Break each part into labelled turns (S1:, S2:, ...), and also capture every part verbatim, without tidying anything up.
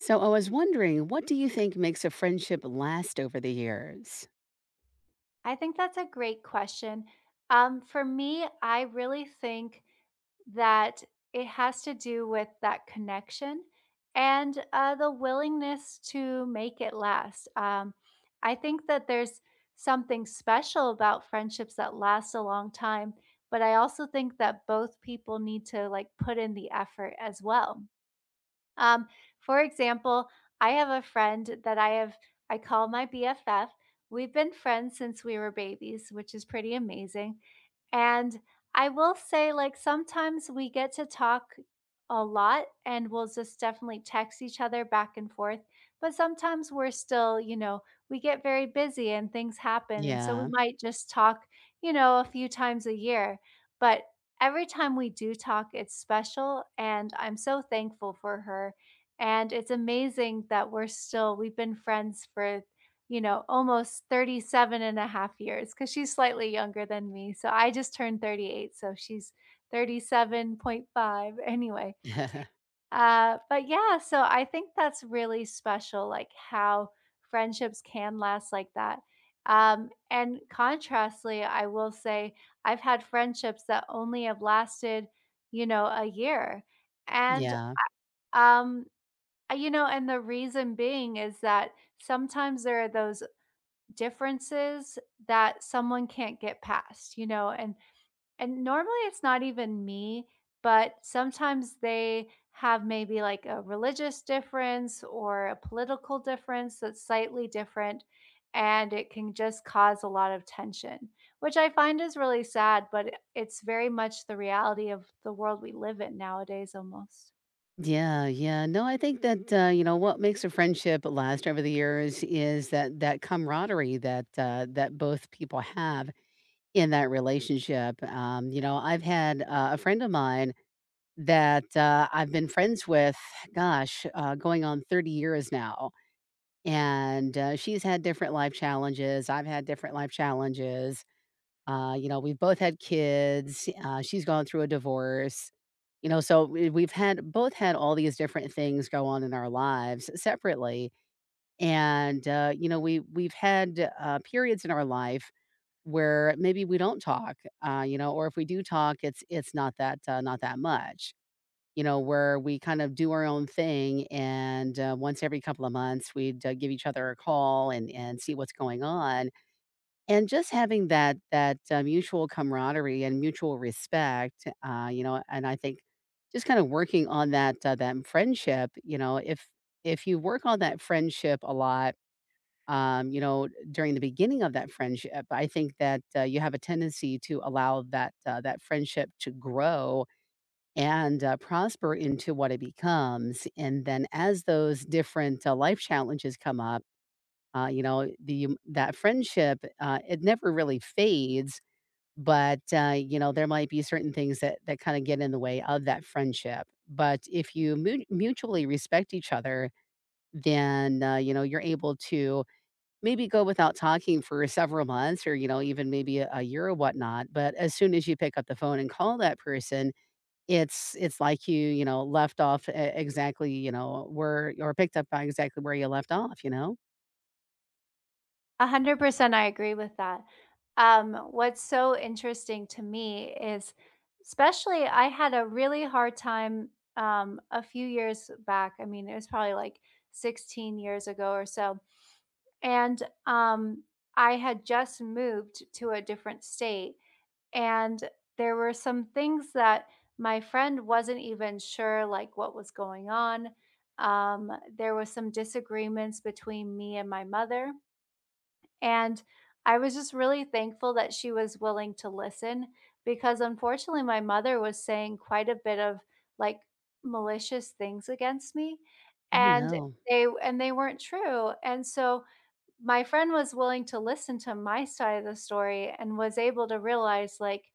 S1: So I was wondering, what do you think makes a friendship last over the years?
S2: I think that's a great question. Um, for me, I really think that it has to do with that connection and uh, the willingness to make it last. Um, I think that there's something special about friendships that last a long time, but I also think that both people need to like put in the effort as well. Um, for example, I have a friend that I have, I call my B F F. We've been friends since we were babies, which is pretty amazing. And I will say, like, sometimes we get to talk a lot and we'll just definitely text each other back and forth. But sometimes we're still, you know, we get very busy and things happen. And so we
S1: Yeah.
S2: might just talk, you know, a few times a year. But every time we do talk, it's special. And I'm so thankful for her. And it's amazing that we're still, we've been friends for, you know, almost thirty-seven and a half years, because she's slightly younger than me. So I just turned thirty-eight. So she's thirty-seven point five. Anyway, uh, but yeah, so I think that's really special, like how friendships can last like that. Um, and contrastly, I will say I've had friendships that only have lasted, you know, a year. And,
S1: Yeah.
S2: um, uh, you know, and the reason being is that sometimes there are those differences that someone can't get past, you know, and and normally it's not even me, but sometimes they have maybe like a religious difference or a political difference that's slightly different. And it can just cause a lot of tension, which I find is really sad, but it- it's very much the reality of the world we live in nowadays almost.
S1: Yeah, yeah. No, I think that uh, you know, what makes a friendship last over the years is that that camaraderie that uh, that both people have in that relationship. Um, you know, I've had uh, a friend of mine that uh, I've been friends with, gosh, uh, going on thirty years now, and uh, she's had different life challenges. I've had different life challenges. Uh, you know, we've both had kids. Uh, she's gone through a divorce, you know, so we we've had both had all these different things go on in our lives separately, and, uh, you know, we we've had, uh, periods in our life where maybe we don't talk, uh, you know, or if we do talk, it's it's not that, uh, not that much, you know, where we kind of do our own thing, and, uh, once every couple of months, we'd, uh, give each other a call and and see what's going on. And just having that that, uh, mutual camaraderie and mutual respect, uh, you know. And I think just kinda working on that, uh, that friendship, you know, if if you work on that friendship a lot, um, you know, during the beginning of that friendship, I think that, uh, you have a tendency to allow that, uh, that friendship to grow and, uh, prosper into what it becomes, and then as those different, uh, life challenges come up, uh, you know, the um, that friendship, uh, it never really fades, but, uh, you know, there might be certain things that that kinda get in the way of that friendship. But if you mu mutually respect each other, then, uh, you know, you're able to maybe go without talking for several months or, you know, even maybe a a year or whatnot. But as soon as you pick up the phone and call that person, it's it's like you, you know, left off e exactly, you know, where or picked up by exactly where you left off, you know?
S2: one hundred percent I agree with that. Um, what's so interesting to me is, especially, I had a really hard time um, a few years back. I mean, it was probably like sixteen years ago or so. And um, I had just moved to a different state. And there were some things that my friend wasn't even sure, like what was going on. Um, there was some disagreements between me and my mother, and I was just really thankful that she was willing to listen, because unfortunately my mother was saying quite a bit of like malicious things against me,
S1: I don't
S2: and
S1: know.
S2: they and they weren't true. And so my friend was willing to listen to my side of the story and was able to realize like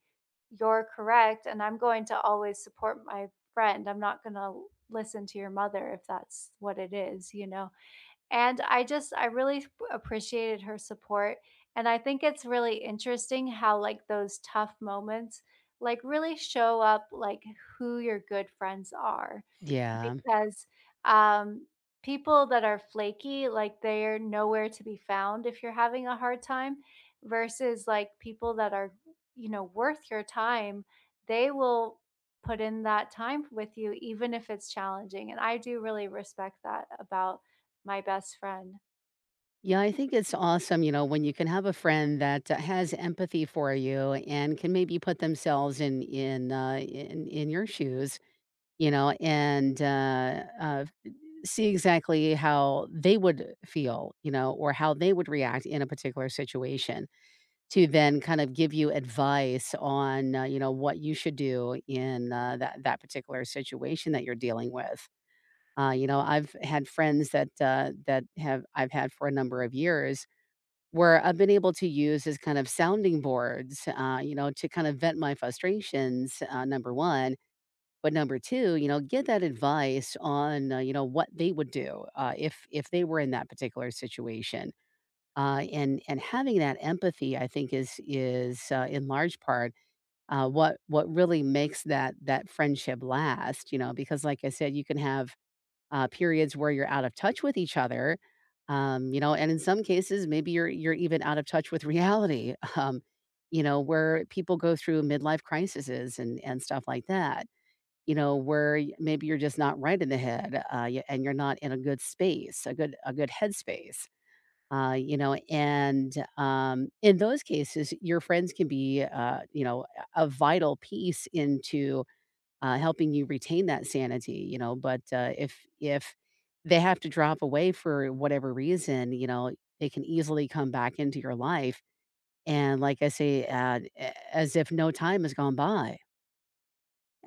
S2: you're correct, and I'm going to always support my friend. I'm not going to listen to your mother if that's what it is, you know. And I just I really appreciated her support, and I think it's really interesting how, like, those tough moments, like, really show up, like, who your good friends are.
S1: Yeah.
S2: Because, um, people that are flaky, like, they're nowhere to be found if you're having a hard time versus, like, people that are, you know, worth your time, they will put in that time with you even if it's challenging, and I do really respect that about my best friend.
S1: Yeah, I think it's awesome, you know, when you can have a friend that uh, has empathy for you and can maybe put themselves in in uh, in in your shoes, you know, and uh, uh, see exactly how they would feel, you know, or how they would react in a particular situation. To then kind of give you advice on, uh, you know, what you should do in uh, that that particular situation that you're dealing with. Uh, you know, I've had friends that uh, that have I've had for a number of years where I've been able to use as kind of sounding boards, uh, you know, to kind of vent my frustrations, uh, number one, but number two, you know, get that advice on, uh, you know, what they would do, uh, if if they were in that particular situation. Uh, and and having that empathy, I think is is, uh, in large part, uh, what what really makes that that friendship last, you know, because like I said, you can have uh, periods where you're out of touch with each other, um, you know, and in some cases, maybe you're you're even out of touch with reality, um, you know, where people go through midlife crises and and stuff like that. You know, where y- maybe you're just not right in the head, uh, y- and you're not in a good space, a good a good headspace. Uh, you know, and um, in those cases, your friends can be, uh, you know, a a vital piece into uh, helping you retain that sanity, you know. But uh, if if they have to drop away for whatever reason, you know, they can easily come back into your life, and like I say, uh, a- as if no time has gone by.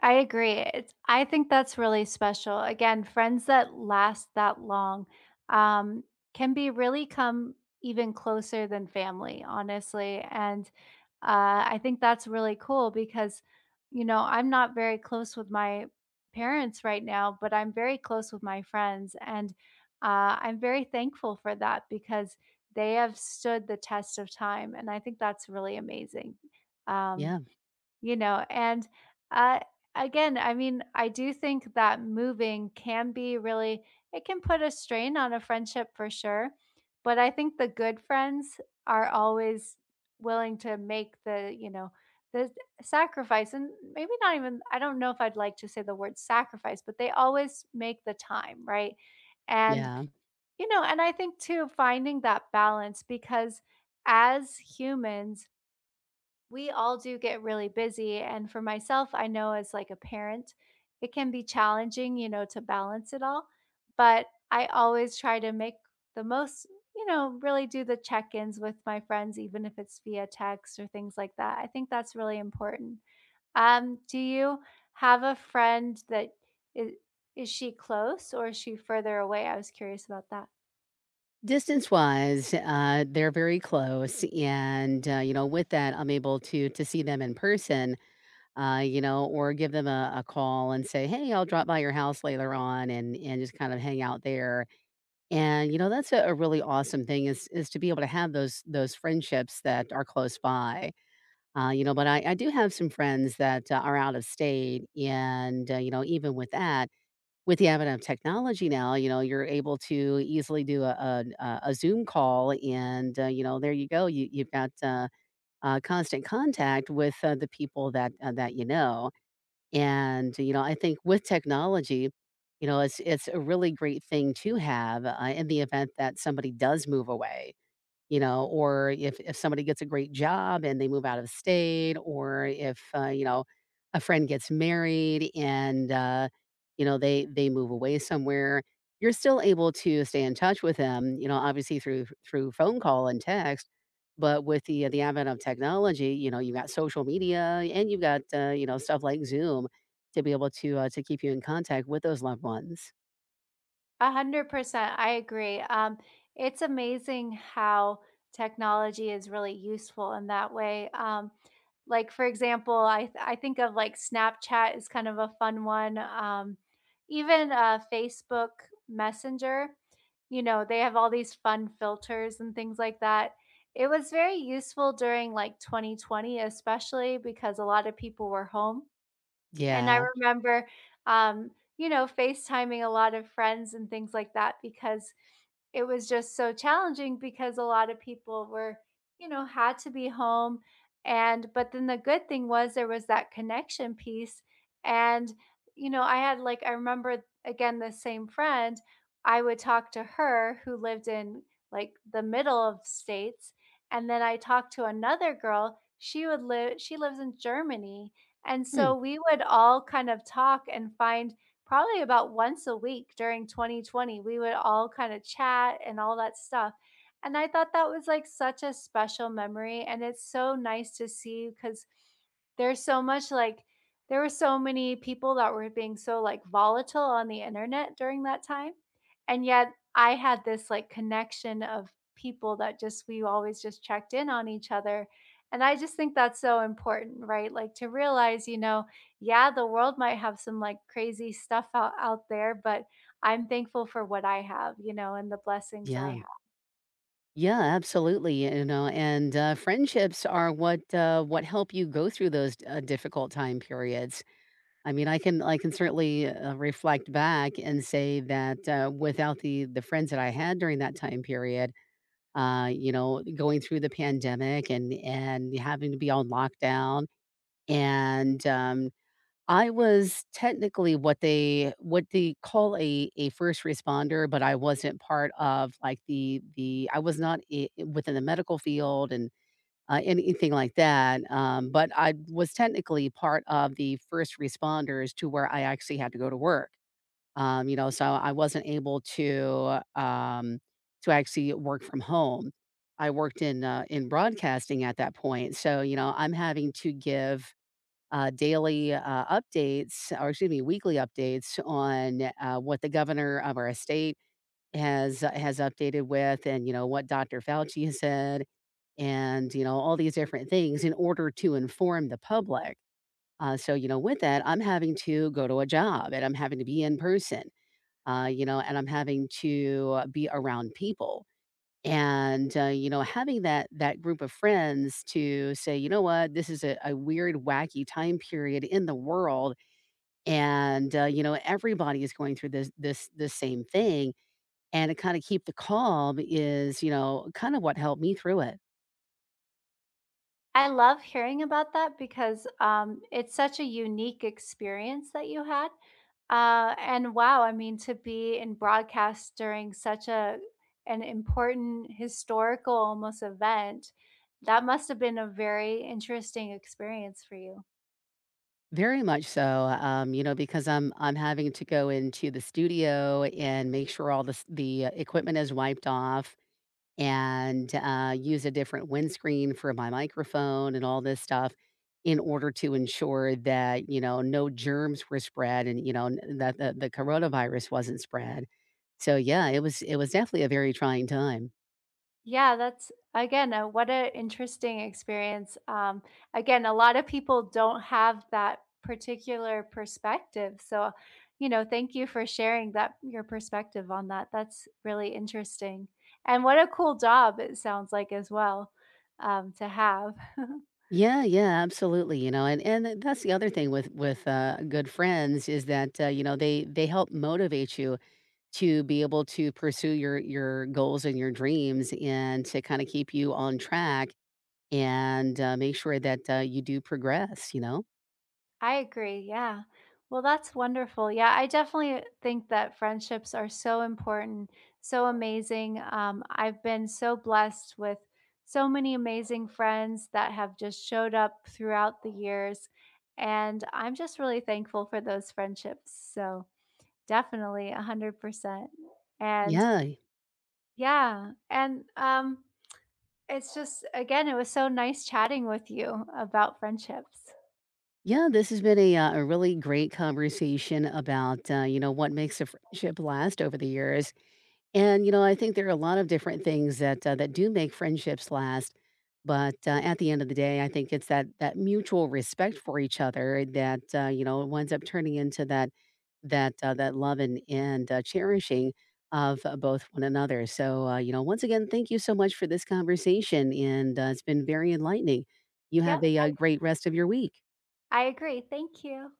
S2: I agree. It's I think that's really special. Again, friends that last that long, um, can be really come even closer than family, honestly, and, uh, I think that's really cool because, you know, I'm not very close with my parents right now, but I'm very close with my friends, and, uh, I'm very thankful for that because they have stood the test of time, and I think that's really amazing. Um
S1: Yeah,
S2: you know, and, uh, again, I mean, I do think that moving can be really it can put a strain on a friendship for sure, but I think the good friends are always willing to make the, you know, the sacrifice, and maybe not even I don't know if I'd like to say the word sacrifice, but they always make the time, right? And,
S1: yeah.
S2: you know, and I think too finding that balance because as humans, we all do get really busy. And for myself, I know as like a parent, it can be challenging, you know, to balance it all. But I always try to make the most, you know, really do the check ins with my friends, even if it's via text or things like that. I think that's really important. Um, do you have a friend that is, is she close or is she further away? I was curious about that.
S1: Distance wise, uh, they're very close, and uh, you know, with that, I'm able to to see them in person, uh, you know, or give them a, a call and say, "Hey, I'll drop by your house later on," and and just kind of hang out there. And, you know, that's a a really awesome thing is is to be able to have those those friendships that are close by. Uh, you know, but I I do have some friends that, uh, are out of state, and, uh, you know, even with that, with the advent of technology now, you know, you're able to easily do a an a a Zoom call and, uh, you know, there you go. You you've got, uh, uh, constant contact with, uh, the people that, uh, that you know. And, you know, I think with technology, you know, it's it's a really great thing to have, uh, in the event that somebody does move away. You know, or if if somebody gets a great job and they move out of state, or if, uh, you know, a friend gets married and, uh, you know, they they move away somewhere, you're still able to stay in touch with them, you know, obviously through through phone call and text, but with the the advent of technology, you know, you've got social media and you've got, uh, you know, stuff like Zoom to be able to, uh, to keep you in contact with those loved ones.
S2: one hundred percent. I agree. Um, it's amazing how technology is really useful in that way. Um, like for example, I th- I think of like Snapchat is kind of a fun one. Um, even uh, Facebook Messenger, you know, they have all these fun filters and things like that. It was very useful during like twenty twenty, especially because a lot of people were home, and I
S1: Yeah.
S2: remember, um, you know, FaceTiming a lot of friends and things like that because it was just so challenging because a lot of people were, you know, had to be home. And, but then the good thing was there was that connection piece. And, you know, I had like, I remember again, the same friend, I would talk to her, who lived in like the middle of states. And then I talked to another girl. She would live, she lives in Germany. And
S1: Mm,
S2: so we would all kind of talk and find probably about once a week during twenty twenty, we would all kind of chat and all that stuff. And I thought that was like such a special memory. And it's so nice to see because there's so much like, there were so many people that were being so like volatile on the internet during that time. And yet I had this like connection of people that just, we always just checked in on each other, and I just think that's so important, right? Like to realize, you know, yeah, the world might have some like crazy stuff out, out there, but I'm thankful for what I have, you know, and the blessings I
S1: yeah.
S2: have.
S1: Yeah, absolutely. You know, and uh, friendships are what uh, what help you go through those uh, difficult time periods. I mean, I can I can certainly uh, reflect back and say that uh, without the the friends that I had during that time period, uh, you know, going through the pandemic and and having to be on lockdown, and um, I was technically what they what they call a a first responder, but I wasn't part of, like, the the I was not I within the medical field and, uh, anything like that, um, but I was technically part of the first responders to where I actually had to go to work, um, you know, so I wasn't able to, um to actually work from home. I worked in, uh in broadcasting at that point, so, you know, I'm having to give uh, daily uh, updates, or excuse me, weekly updates on uh, what the governor of our state has uh, has updated with, and you know what doctor Fauci has said, and you know all these different things in order to inform the public. Uh, so you know, with that, I'm having to go to a job, and I'm having to be in person, uh, you know, and I'm having to uh, be around people and, uh, you know, having that that group of friends to say, "You know what? This is a a weird, wacky time period in the world, and, uh, you know, everybody is going through this this this same thing." And to kinda keep the calm is, you know, kind of what helped me through it.
S2: I love hearing about that because um, it's such a unique experience that you had. Uh, and wow, I mean, to be in broadcast during such a an important historical almost event, that must have been a very interesting experience for you.
S1: Very much so, um, you know, because I'm I'm having to go into the studio and make sure all the s the uh, equipment is wiped off and uh, use a different windscreen for my microphone and all this stuff in order to ensure that you know no germs were spread and you know n- that the, the coronavirus wasn't spread. So yeah, it was it was definitely a very trying time.
S2: Yeah, that's again, uh, what an interesting experience. Um, again, a lot of people don't have that particular perspective. So, you know, thank you for sharing that your perspective on that. That's really interesting. And what a cool job it sounds like as well um, to have.
S1: Yeah, yeah, absolutely. You know, and and that's the other thing with with uh, good friends is that uh, you know, they they help motivate you to be able to pursue your your goals and your dreams and to kind of keep you on track and, uh, make sure that, uh, you do progress, you know?
S2: I agree. Yeah. Well, that's wonderful. Yeah, I definitely think that friendships are so important, so amazing. Um, I've been so blessed with so many amazing friends that have just showed up throughout the years. And I'm just really thankful for those friendships. So definitely one hundred percent. And
S1: Yeah.
S2: yeah. And um, it's just, again, it was so nice chatting with you about friendships.
S1: Yeah, this has been a, uh, a really great conversation about, uh, you know, what makes a friendship last over the years. And, you know, I think there are a lot of different things that uh, that do make friendships last, but uh, at the end of the day, I think it's that that mutual respect for each other that uh, you know, winds up turning into that that uh, that love and and uh, cherishing of uh, both one another. So, uh, you know, once again, thank you so much for this conversation, and uh, it's been very enlightening. You
S2: Yep.
S1: have a, uh great rest of your week.
S2: I agree. Thank you.